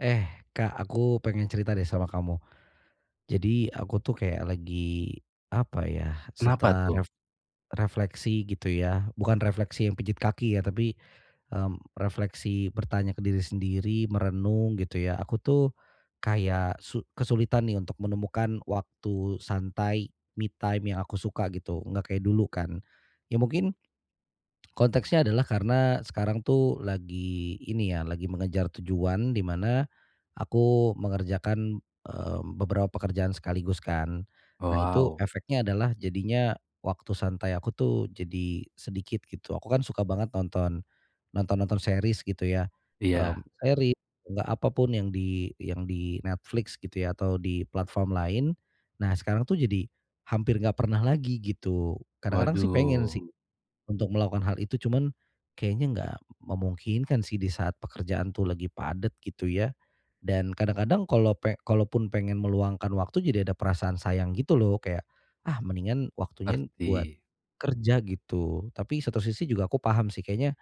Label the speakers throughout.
Speaker 1: Eh, Kak, aku pengen cerita deh sama kamu. Jadi aku tuh kayak lagi apa ya,
Speaker 2: Kenapa
Speaker 1: setelah
Speaker 2: tuh?
Speaker 1: refleksi gitu ya. Bukan refleksi yang pijit kaki ya, tapi refleksi bertanya ke diri sendiri, merenung gitu ya. Aku tuh kayak kesulitan nih untuk menemukan waktu santai, me time yang aku suka gitu. Nggak kayak dulu kan. Ya mungkin. Konteksnya adalah karena sekarang tuh lagi ini ya, lagi mengejar tujuan di mana aku mengerjakan, beberapa pekerjaan sekaligus kan. Nah itu
Speaker 2: Wow,
Speaker 1: efeknya adalah jadinya waktu santai aku tuh jadi sedikit gitu. Aku kan suka banget nonton-nonton series gitu ya,
Speaker 2: iya,
Speaker 1: series, nggak apapun yang di Netflix gitu ya atau di platform lain. Nah sekarang tuh jadi hampir nggak pernah lagi gitu. Kadang-kadang sih pengen
Speaker 2: waduh,
Speaker 1: sih untuk melakukan hal itu cuman, kayaknya nggak memungkinkan sih di saat pekerjaan tuh lagi padat gitu ya. Dan kadang-kadang kalau kalaupun pengen meluangkan waktu jadi ada perasaan sayang gitu loh kayak, ah mendingan waktunya
Speaker 2: ngerti.
Speaker 1: buat kerja gitu. Tapi satu sisi juga aku paham sih kayaknya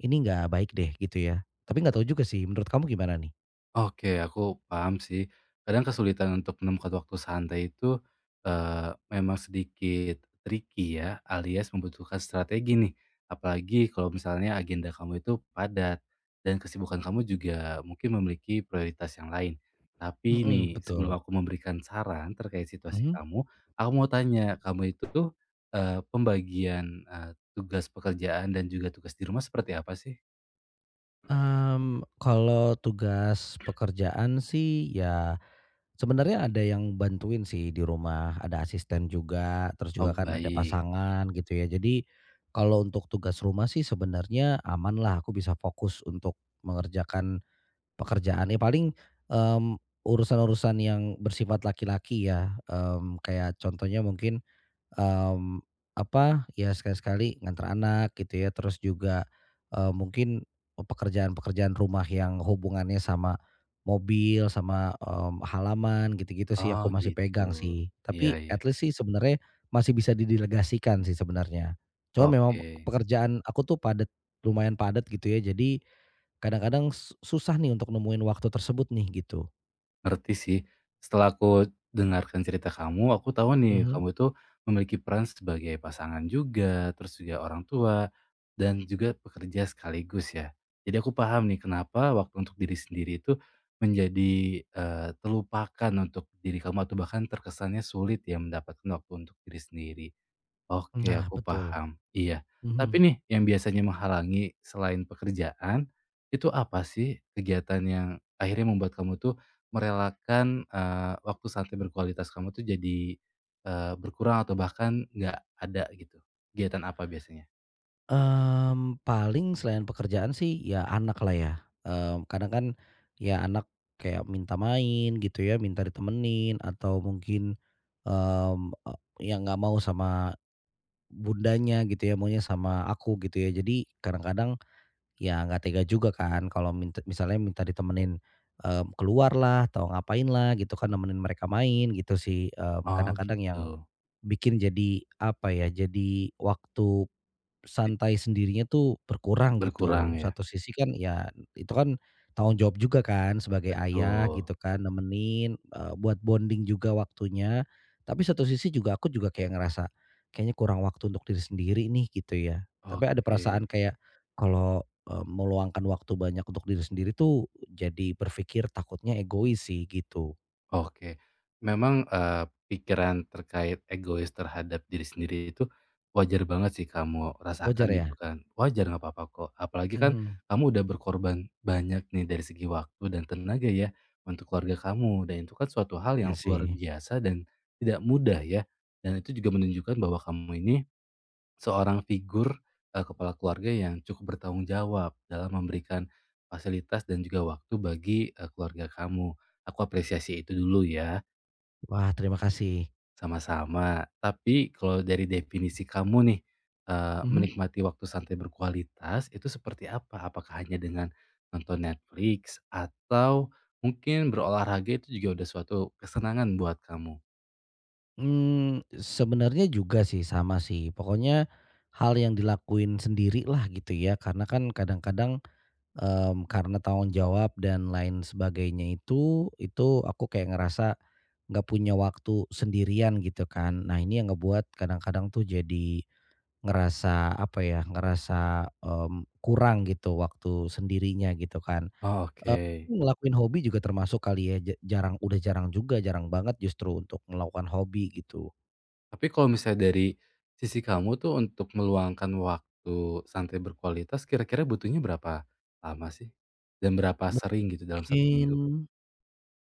Speaker 1: ini nggak baik deh gitu ya. Tapi nggak tahu juga sih menurut kamu gimana nih?
Speaker 2: Oke, aku paham sih. Kadang kesulitan untuk menemukan waktu santai itu memang sedikit tricky ya, alias membutuhkan strategi nih. Apalagi kalau misalnya agenda kamu itu padat dan kesibukan kamu juga mungkin memiliki prioritas yang lain. Tapi nih,
Speaker 1: Mhm,
Speaker 2: sebelum
Speaker 1: betul.
Speaker 2: aku memberikan saran terkait situasi
Speaker 1: Mhm.
Speaker 2: kamu, aku mau tanya, kamu itu tuh pembagian tugas pekerjaan dan juga tugas di rumah seperti apa sih?
Speaker 1: Kalau tugas pekerjaan sih ya, sebenarnya ada yang bantuin sih di rumah, ada asisten juga, terus
Speaker 2: Oh,
Speaker 1: juga kan ada
Speaker 2: baik.
Speaker 1: pasangan gitu ya. Jadi kalau untuk tugas rumah sih sebenarnya aman lah, aku bisa fokus untuk mengerjakan pekerjaan. Ya paling, mmm, urusan-urusan yang bersifat laki-laki ya, kayak contohnya mungkin. Mmm, Apa, ya sekali-sekali nganter anak gitu ya, terus juga, mungkin oh, pekerjaan-pekerjaan rumah yang hubungannya sama mobil, sama, halaman gitu-gitu sih
Speaker 2: Oh,
Speaker 1: aku masih
Speaker 2: gitu.
Speaker 1: pegang sih.
Speaker 2: Iya,
Speaker 1: Tapi
Speaker 2: iya.
Speaker 1: at least sih sebenarnya masih bisa didelegasikan sih sebenarnya. Cuma memang
Speaker 2: Oke,
Speaker 1: pekerjaan aku tuh padat, lumayan padat gitu ya, jadi kadang-kadang susah nih untuk nemuin waktu tersebut nih gitu.
Speaker 2: ngerti sih. Setelah aku dengarkan cerita kamu, aku tahu nih
Speaker 1: Mhm.
Speaker 2: kamu itu memiliki peran sebagai pasangan juga, terus juga orang tua, dan juga pekerja sekaligus ya. Jadi aku paham nih kenapa waktu untuk diri sendiri itu menjadi terlupakan untuk diri kamu atau bahkan terkesannya sulit ya mendapatkan waktu untuk diri sendiri. Oke,
Speaker 1: Nah
Speaker 2: aku
Speaker 1: betul.
Speaker 2: paham. Iya. Tapi
Speaker 1: Mhm.
Speaker 2: nih, yang biasanya menghalangi selain pekerjaan, itu apa sih kegiatan yang akhirnya membuat kamu tuh merelakan waktu santai berkualitas kamu tuh jadi berkurang atau bahkan nggak ada gitu? Kegiatan apa biasanya?
Speaker 1: Paling selain pekerjaan sih ya anak lah ya, kadang kan ya anak kayak minta main gitu ya, minta ditemenin atau mungkin, mmm, e ya nggak mau sama bundanya gitu ya, maunya sama aku gitu ya. Jadi kadang-kadang ya nggak tega juga kan kalau minta misalnya minta ditemenin, keluar lah atau ngapain lah gitu kan, nemenin mereka main gitu sih,
Speaker 2: Oh
Speaker 1: kadang-kadang yang
Speaker 2: gitu.
Speaker 1: bikin jadi apa ya, jadi waktu santai sendirinya tuh berkurang
Speaker 2: Berkurang
Speaker 1: gitu.
Speaker 2: ya?
Speaker 1: Satu sisi kan ya itu kan tanggung jawab juga kan sebagai ayah
Speaker 2: Betul.
Speaker 1: gitu kan nemenin, buat bonding juga waktunya. Tapi satu sisi juga aku juga kayak ngerasa, kayaknya kurang waktu untuk diri sendiri nih gitu ya. Tapi ada
Speaker 2: Oke.
Speaker 1: perasaan kayak kalau, meluangkan waktu banyak untuk diri sendiri tuh jadi berpikir takutnya egois sih gitu.
Speaker 2: Oke. Memang, pikiran terkait egois terhadap diri sendiri itu wajar banget sih kamu rasakan
Speaker 1: Wajar
Speaker 2: gitu
Speaker 1: ya?
Speaker 2: kan. Wajar, nggak apa-apa kok. Apalagi kan
Speaker 1: Mhm.
Speaker 2: kamu udah berkorban banyak nih dari segi waktu dan tenaga ya untuk keluarga kamu dan itu kan suatu hal
Speaker 1: Iya
Speaker 2: yang luar
Speaker 1: sih.
Speaker 2: biasa dan tidak mudah ya. Dan itu juga menunjukkan bahwa kamu ini seorang figur, kepala keluarga yang cukup bertanggung jawab dalam memberikan fasilitas dan juga waktu bagi keluarga kamu. Aku apresiasi itu dulu ya,
Speaker 1: Wah, terima kasih.
Speaker 2: sama-sama. Tapi kalau dari definisi kamu nih,
Speaker 1: Mhm.
Speaker 2: menikmati waktu santai berkualitas itu seperti apa? Apakah hanya dengan nonton Netflix atau mungkin berolahraga itu juga udah suatu kesenangan buat kamu?
Speaker 1: Sebenarnya juga sih, sama sih. Pokoknya hal yang dilakuin sendiri lah gitu ya, karena kan kadang-kadang, karena tanggung jawab dan lain sebagainya itu aku kayak ngerasa nggak punya waktu sendirian gitu kan. Nah ini yang ngebuat kadang-kadang tuh jadi ngerasa apa ya, ngerasa, kurang gitu waktu sendirinya gitu kan.
Speaker 2: Oh,
Speaker 1: Eee,
Speaker 2: oke.
Speaker 1: Ngelakuin hobi juga termasuk kali ya, jarang udah jarang juga, jarang banget justru untuk melakukan hobi gitu.
Speaker 2: Tapi kalau misalnya dari sisi kamu tuh untuk meluangkan waktu santai berkualitas kira-kira butuhnya berapa lama sih? Dan berapa sering gitu dalam 1 minggu?
Speaker 1: Mungkin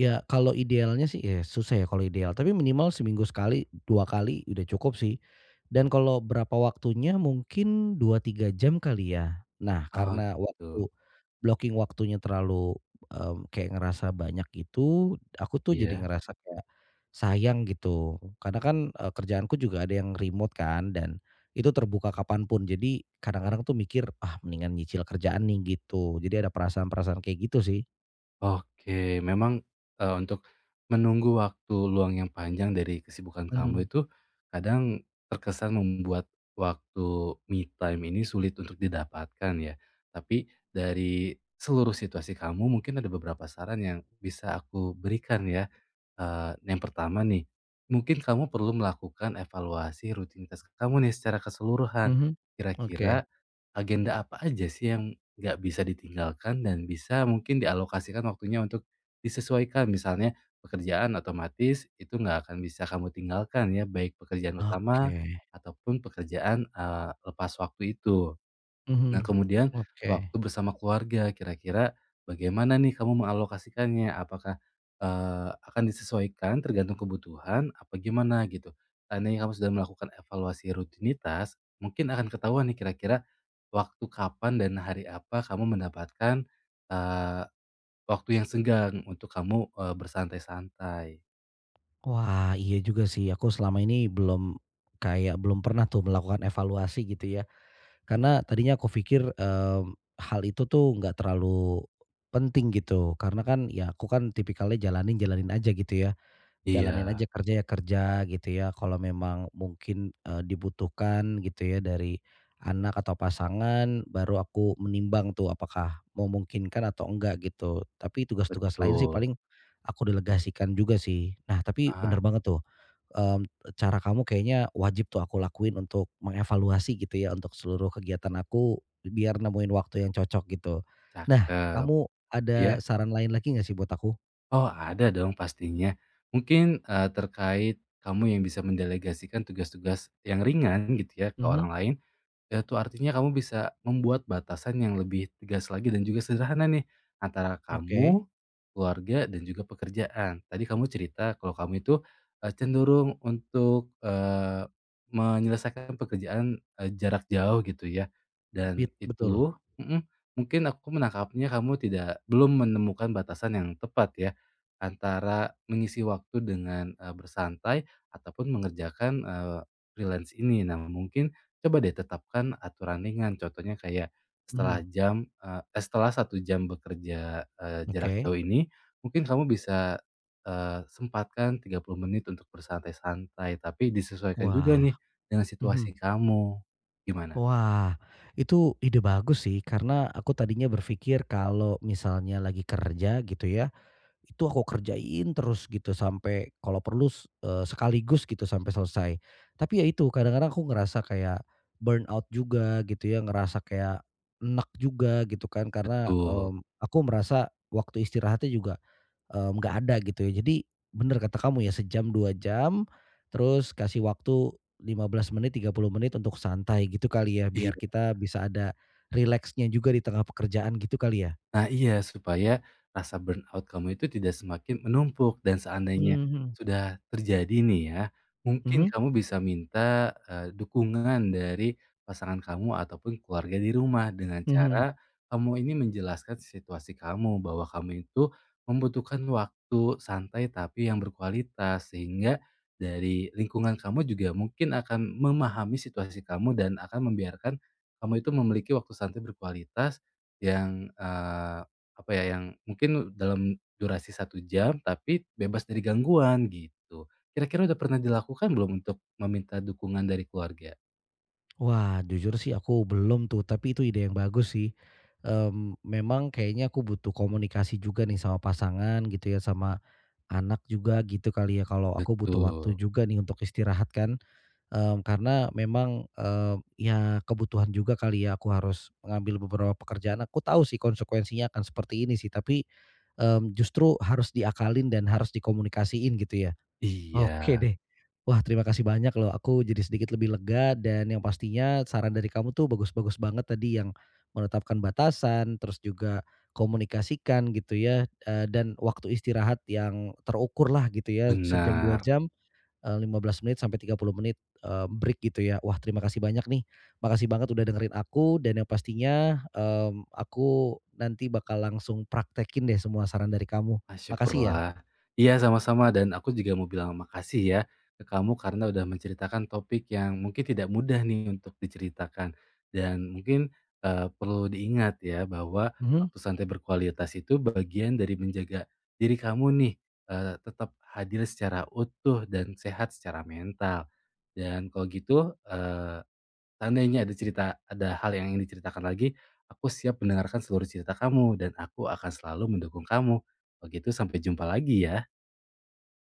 Speaker 1: ya kalau idealnya sih ya susah ya kalau ideal, tapi minimal seminggu sekali, 2 kali udah cukup sih. Dan kalau berapa waktunya mungkin 2 3 jam kali ya. Nah
Speaker 2: Oh
Speaker 1: karena waktu
Speaker 2: gitu,
Speaker 1: blocking waktunya terlalu, kayak ngerasa banyak gitu, aku tuh jadi
Speaker 2: iya.
Speaker 1: ngerasa kayak sayang gitu. Karena kan, kerjaanku juga ada yang remote kan dan itu terbuka kapanpun. Jadi kadang-kadang tuh mikir, "Ah mendingan nyicil kerjaan nih," gitu. Jadi ada perasaan-perasaan kayak gitu sih.
Speaker 2: Oke, memang, untuk menunggu waktu luang yang panjang dari kesibukan kamu
Speaker 1: Mhm.
Speaker 2: itu kadang terkesan membuat waktu me time ini sulit untuk didapatkan ya. Tapi dari seluruh situasi kamu mungkin ada beberapa saran yang bisa aku berikan ya. Yang pertama nih, mungkin kamu perlu melakukan evaluasi rutinitas kamu nih secara keseluruhan.
Speaker 1: Mhm, oke.
Speaker 2: Kira-kira agenda apa aja sih yang nggak bisa ditinggalkan dan bisa mungkin dialokasikan waktunya untuk disesuaikan. Misalnya pekerjaan otomatis itu nggak akan bisa kamu tinggalkan ya, baik pekerjaan utama
Speaker 1: Oke.
Speaker 2: ataupun pekerjaan lepas waktu itu. Nah,
Speaker 1: Mhm,
Speaker 2: kemudian
Speaker 1: oke.
Speaker 2: waktu bersama keluarga, kira-kira bagaimana nih kamu mengalokasikannya? Apakah akan disesuaikan tergantung kebutuhan, apa gimana gitu? Seandainya kamu sudah melakukan evaluasi rutinitas, mungkin akan ketahuan nih kira-kira waktu kapan dan hari apa kamu mendapatkan, eee, waktu yang senggang untuk kamu bersantai-santai.
Speaker 1: Wah, iya juga sih. Aku selama ini belum kayak belum pernah tuh melakukan evaluasi gitu ya. Karena tadinya aku pikir, hal itu tuh nggak terlalu penting gitu. Karena kan ya aku kan tipikalnya jalanin jalanin aja gitu ya. Jalanin aja
Speaker 2: Iya,
Speaker 1: kerja ya kerja gitu ya, kalau memang mungkin, dibutuhkan gitu ya dari anak atau pasangan baru aku menimbang tuh apakah memungkinkan atau enggak gitu. Tapi tugas-tugas lain sih
Speaker 2: betul.
Speaker 1: paling aku delegasikan juga sih. Nah tapi
Speaker 2: Ah,
Speaker 1: bener banget tuh, mmm, cara kamu kayaknya wajib tuh aku lakuin untuk mengevaluasi gitu ya untuk seluruh kegiatan aku biar nemuin waktu yang cocok gitu. Nah
Speaker 2: cakep.
Speaker 1: kamu
Speaker 2: Iya?
Speaker 1: ada saran lain lagi nggak sih buat aku?
Speaker 2: Oh, ada dong pastinya. Mungkin, terkait kamu yang bisa mendelegasikan tugas-tugas yang ringan gitu ya ke
Speaker 1: Mhm,
Speaker 2: orang lain, itu artinya kamu bisa membuat batasan yang lebih tegas lagi dan juga sederhana nih, antara
Speaker 1: oke,
Speaker 2: kamu, keluarga, dan juga pekerjaan. Tadi kamu cerita kalau kamu itu, cenderung untuk menyelesaikan pekerjaan jarak jauh gitu ya, dan
Speaker 1: betul.
Speaker 2: itu mungkin aku menangkapnya kamu tidak belum menemukan batasan yang tepat ya, antara mengisi waktu dengan bersantai ataupun mengerjakan freelance ini. Nah mungkin coba deh tetapkan aturan ringan, contohnya kayak
Speaker 1: Mhm,
Speaker 2: setelah 1 jam bekerja, jarak
Speaker 1: oke.
Speaker 2: jauh ini, mungkin kamu bisa sempatkan 30 menit untuk bersantai-santai, tapi disesuaikan juga
Speaker 1: Wah,
Speaker 2: nih dengan
Speaker 1: mhm.
Speaker 2: situasi kamu. Gimana?
Speaker 1: Wah, itu ide bagus sih, karena aku tadinya berpikir kalau misalnya lagi kerja gitu ya, itu aku kerjain terus gitu sampai kalau perlu sekaligus gitu sampai selesai. Tapi ya itu kadang-kadang aku ngerasa kayak burnout juga gitu ya, ngerasa kayak enek juga gitu kan karena,
Speaker 2: Betul.
Speaker 1: aku merasa waktu istirahatnya juga, nggak ada gitu ya. Jadi bener kata kamu ya sejam, 2 jam, terus kasih waktu 15 menit, 30 menit untuk santai gitu kali ya biar
Speaker 2: Iya.
Speaker 1: kita bisa ada rileksnya juga di tengah pekerjaan gitu kali ya?
Speaker 2: Nah iya, supaya rasa burnout kamu itu tidak semakin menumpuk dan seandainya
Speaker 1: Mhm,
Speaker 2: sudah terjadi nih ya, mungkin
Speaker 1: mhm,
Speaker 2: kamu bisa minta dukungan dari pasangan kamu ataupun keluarga di rumah dengan
Speaker 1: mhm.
Speaker 2: cara kamu ini menjelaskan situasi kamu bahwa kamu itu membutuhkan waktu santai tapi yang berkualitas, sehingga dari lingkungan kamu juga mungkin akan memahami situasi kamu dan akan membiarkan kamu itu memiliki waktu santai berkualitas yang, eee, apa ya, yang mungkin dalam durasi 1 jam, tapi bebas dari gangguan, gitu. Kira-kira udah pernah dilakukan belum untuk meminta dukungan dari keluarga?
Speaker 1: Wah, jujur sih aku belum tuh, tapi itu ide yang bagus sih. Memang kayaknya aku butuh komunikasi juga nih sama pasangan gitu ya, sama anak juga gitu kali ya, kalau aku butuh waktu
Speaker 2: Betul.
Speaker 1: juga nih untuk istirahat kan. Karena memang, ya kebutuhan juga kali ya aku harus mengambil beberapa pekerjaan. Aku tahu sih konsekuensinya akan seperti ini sih, tapi, justru harus diakalin dan harus dikomunikasiin gitu ya. Oke
Speaker 2: Iya,
Speaker 1: deh. Wah, terima kasih banyak loh. Aku jadi sedikit lebih lega dan yang pastinya saran dari kamu tuh bagus-bagus banget tadi yang menetapkan batasan, terus juga komunikasikan gitu ya, dan waktu istirahat yang terukur lah gitu ya, sejam, 2
Speaker 2: benar.
Speaker 1: jam, eh, 15 menit sampai 30 menit, break gitu ya. Wah, terima kasih banyak nih. Makasih banget udah dengerin aku dan yang pastinya, aku nanti bakal langsung praktekin deh semua saran dari kamu.
Speaker 2: Ah,
Speaker 1: Makasih ya.
Speaker 2: syukurlah. Iya, sama-sama dan aku juga mau bilang makasih ya ke kamu karena udah menceritakan topik yang mungkin tidak mudah nih untuk diceritakan. Dan mungkin perlu diingat ya bahwa
Speaker 1: Mhm.
Speaker 2: waktu santai berkualitas itu bagian dari menjaga diri kamu nih tetap hadir secara utuh dan sehat secara mental. Dan kalau gitu seandainya ada cerita ada hal yang ingin diceritakan lagi, aku siap mendengarkan seluruh cerita kamu dan aku akan selalu mendukung kamu. Begitu sampai jumpa lagi ya.